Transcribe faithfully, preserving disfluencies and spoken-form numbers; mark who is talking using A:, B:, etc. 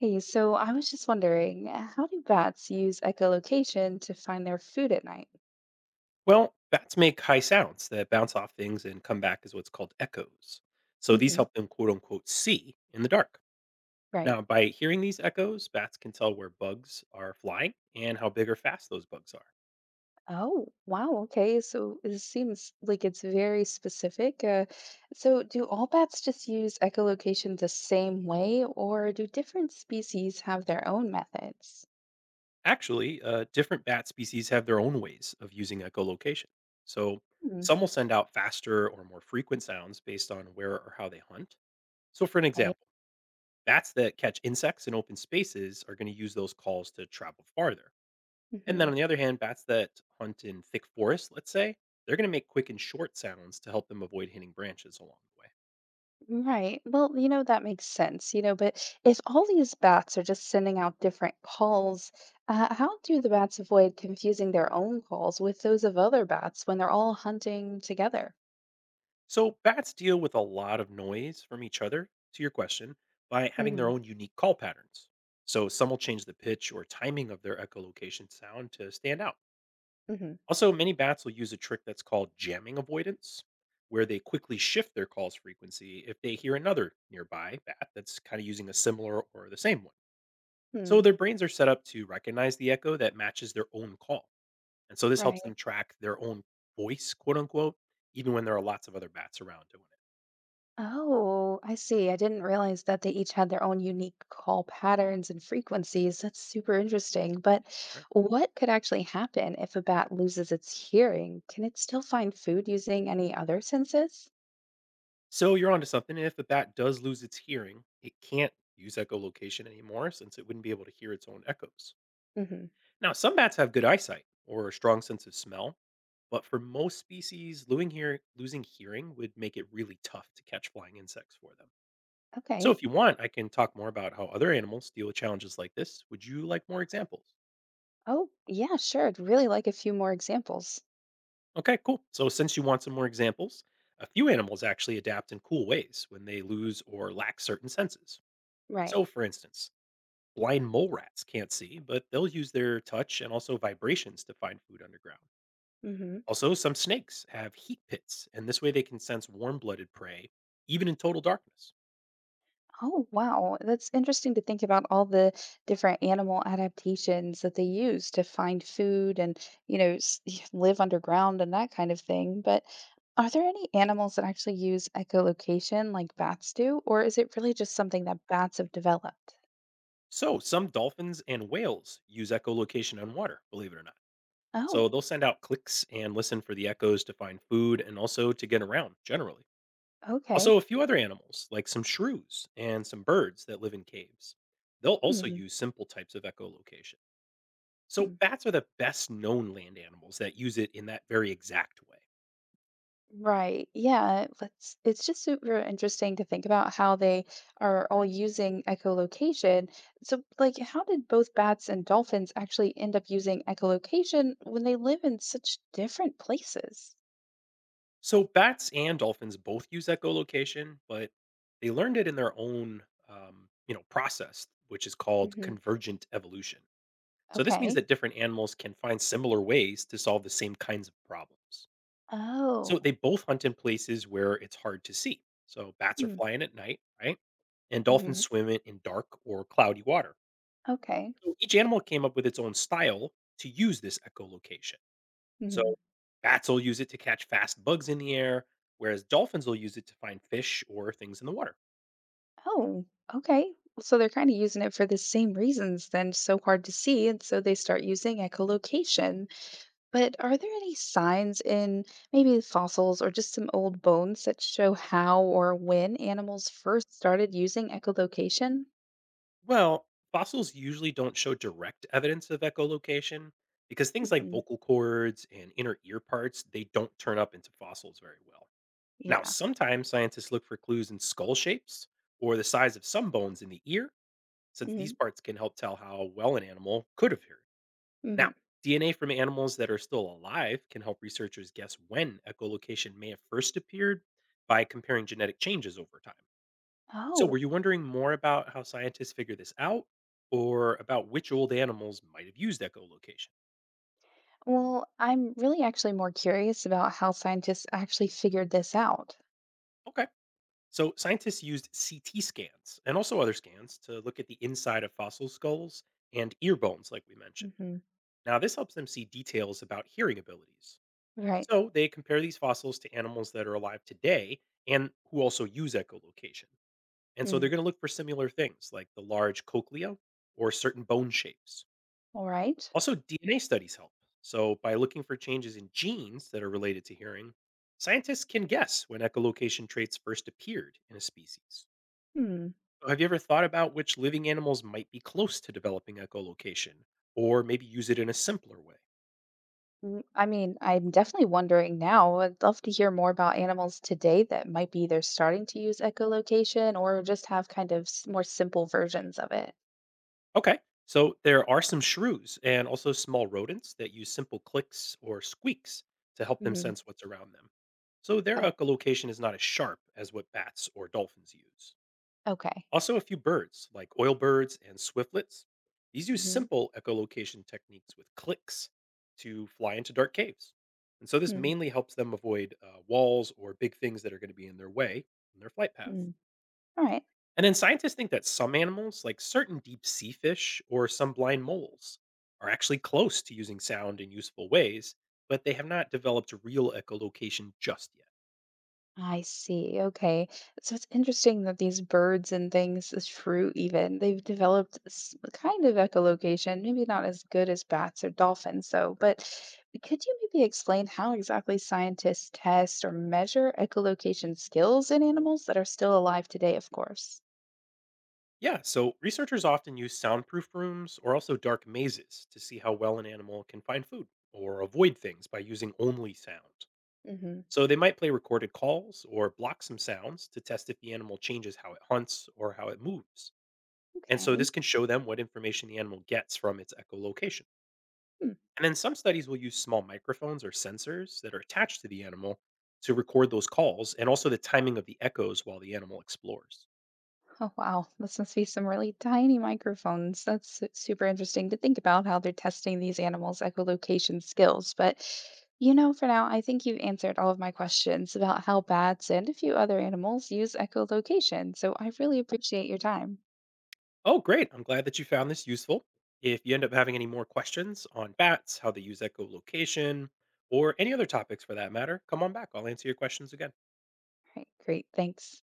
A: Hey, so I was just wondering, uh, how do bats use echolocation to find their food at night?
B: Well, bats make high sounds that bounce off things and come back as what's called echoes. So these
A: Hmm.
B: help them quote unquote see in the dark.
A: Right.
B: Now, by hearing these echoes, bats can tell where bugs are flying and how big or fast those bugs are.
A: Oh, wow. Okay. So it seems like it's very specific. Uh, so do all bats just use echolocation the same way, or do different species have their own methods?
B: Actually, uh, different bat species have their own ways of using echolocation. So
A: Hmm.
B: some will send out faster or more frequent sounds based on where or how they hunt. So, for an
A: Okay.
B: example, bats that catch insects in open spaces are going to use those calls to travel farther. And then
A: Mm-hmm.
B: on the other hand, bats that hunt in thick forests, let's say, they're going to make quick and short sounds to help them avoid hitting branches along the way.
A: Right. Well, you know, that makes sense, you know, but if all these bats are just sending out different calls, uh, how do the bats avoid confusing their own calls with those of other bats when they're all hunting together?
B: So bats deal with a lot of noise from each other, to your question, by having their
A: Hmm.
B: own unique call patterns. So some will change the pitch or timing of their echolocation sound to stand out.
A: Hmm.
B: Also, many bats will use a trick that's called jamming avoidance, where they quickly shift their call's frequency if they hear another nearby bat that's kind of using a similar or the same one. So
A: Hmm.
B: their brains are set up to recognize the echo that matches their own call. And so this helps
A: Right.
B: them track their own voice, quote unquote, even when there are lots of other bats around doing it.
A: Oh, I see. I didn't realize that they each had their own unique call patterns and frequencies. That's super interesting. But
B: That's right.
A: what could actually happen if a bat loses its hearing? Can it still find food using any other senses?
B: So you're onto something. If a bat does lose its hearing, it can't use echolocation anymore since it wouldn't be able to hear its own echoes.
A: Hmm.
B: Now, some bats have good eyesight or a strong sense of smell, but for most species, losing, hear- losing hearing would make it really tough to catch flying insects for them. So, if
A: Okay.
B: you want, I can talk more about how other animals deal with challenges like this. Would you like more examples?
A: Oh, yeah, sure. I'd really like a few more examples.
B: Okay, cool. So, since you want some more examples, a few animals actually adapt in cool ways when they lose or lack certain senses.
A: Right.
B: So, for instance, blind mole rats can't see, but they'll use their touch and also vibrations to find food underground.
A: Hmm.
B: Also, some snakes have heat pits, and this way they can sense warm blooded prey, even in total darkness.
A: Oh, wow. That's interesting to think about all the different animal adaptations that they use to find food and, you know, s- live underground and that kind of thing. But are there any animals that actually use echolocation like bats do, or is it really just something that bats have developed?
B: So, some dolphins and whales use echolocation on water, believe it or not.
A: Oh,
B: So they'll send out clicks and listen for the echoes to find food and also to get around generally.
A: okay.
B: Also, a few other animals, like some shrews and some birds that live in caves. They'll also
A: Hmm.
B: use simple types of echolocation. So, bats are the best known land animals that use it in that very exact way.
A: Right. Yeah. It's it's just super interesting to think about how they are all using echolocation. So, like, how did both bats and dolphins actually end up using echolocation when they live in such different places?
B: So, bats and dolphins both use echolocation, but they learned it in their own um, you know, process, which is called
A: Hmm.
B: convergent evolution. So, this means
A: Okay.
B: that different animals can find similar ways to solve the same kinds of problems. So
A: Oh.
B: they both hunt in places where it's hard to see. So bats are
A: Hmm.
B: flying at night, right? And dolphins
A: Mm-hmm.
B: swim in in dark or cloudy water.
A: Okay.
B: So each animal came up with its own style to use this echolocation. So
A: Hmm.
B: bats will use it to catch fast bugs in the air, whereas dolphins will use it to find fish or things in the water.
A: Oh. Okay. So they're kind of using it for the same reasons. Then so hard to see, and so they start using echolocation. But are there any signs in maybe fossils or just some old bones that show how or when animals first started using echolocation?
B: Well, fossils usually don't show direct evidence of echolocation because things like
A: Hmm.
B: vocal cords and inner ear parts, they don't turn up into fossils very well. Now,
A: Yeah.
B: sometimes scientists look for clues in skull shapes or the size of some bones in the ear, since
A: Hmm.
B: these parts can help tell how well an animal could have heard. Now,
A: Hmm.
B: D N A from animals that are still alive can help researchers guess when echolocation may have first appeared by comparing genetic changes over time. So,
A: Oh,
B: were you wondering more about how scientists figure this out or about which old animals might have used echolocation?
A: well, I'm really actually more curious about how scientists actually figured this out.
B: Okay. So, scientists used C T scans and also other scans to look at the inside of fossil skulls and ear bones, like we mentioned.
A: Hmm.
B: Now, this helps them see details about hearing abilities.
A: Right.
B: So, they compare these fossils to animals that are alive today and who also use echolocation. And so, they're
A: Mm.
B: going to look for similar things like the large cochlea or certain bone shapes.
A: All right.
B: Also, D N A studies help. So, by looking for changes in genes that are related to hearing, scientists can guess when echolocation traits first appeared in a species.
A: Hmm.
B: So, have you ever thought about which living animals might be close to developing echolocation or maybe use it in a simpler way?
A: Mm, I mean, I'm definitely wondering now. I'd love to hear more about animals today that might be they're starting to use echolocation or just have kind of s- more simple versions of it.
B: Okay. So there are some shrews and also small rodents that use simple clicks or squeaks to help them
A: Hmm.
B: sense what's around them. So their
A: Okay.
B: echolocation is not as sharp as what bats or dolphins use.
A: Okay.
B: Also, a few birds like oilbirds and swiftlets. These use
A: Mm-hmm.
B: simple echolocation techniques with clicks to fly into dark caves. And so this mainly helps them avoid uh, walls or big things that are going to be in their way in their flight path.
A: Mm-hmm. All right.
B: And then scientists think that some animals, like certain deep sea fish or some blind moles, are actually close to using sound in useful ways, but they have not developed real echolocation just yet.
A: I see. Okay. So it's interesting that these birds and things, this fruit even, they've developed s- a kind of echolocation, maybe not as good as bats or dolphins, though. But could you maybe explain how exactly scientists test or measure echolocation skills in animals that are still alive today, of course?
B: Yeah, so researchers often use soundproof rooms or also dark mazes to see how well an animal can find food or avoid things by using only sound.
A: Hmm.
B: So they might play recorded calls or block some sounds to test if the animal changes how it hunts or how it moves. And so
A: Okay.
B: this can show them what information the animal gets from its echolocation.
A: Hmm.
B: And then some studies will use small microphones or sensors that are attached to the animal to record those calls and also the timing of the echoes while the animal explores.
A: Oh, wow. This must be some really tiny microphones. That's su- super interesting to think about how they're testing these animals' echolocation skills. But, you know, for now, I think you've answered all of my questions about how bats and a few other animals use echolocation. So I really appreciate your time.
B: Oh, great. I'm glad that you found this useful. If you end up having any more questions on bats, how they use echolocation, or any other topics for that matter, come on back. I'll answer your questions again.
A: All right, great. Thanks.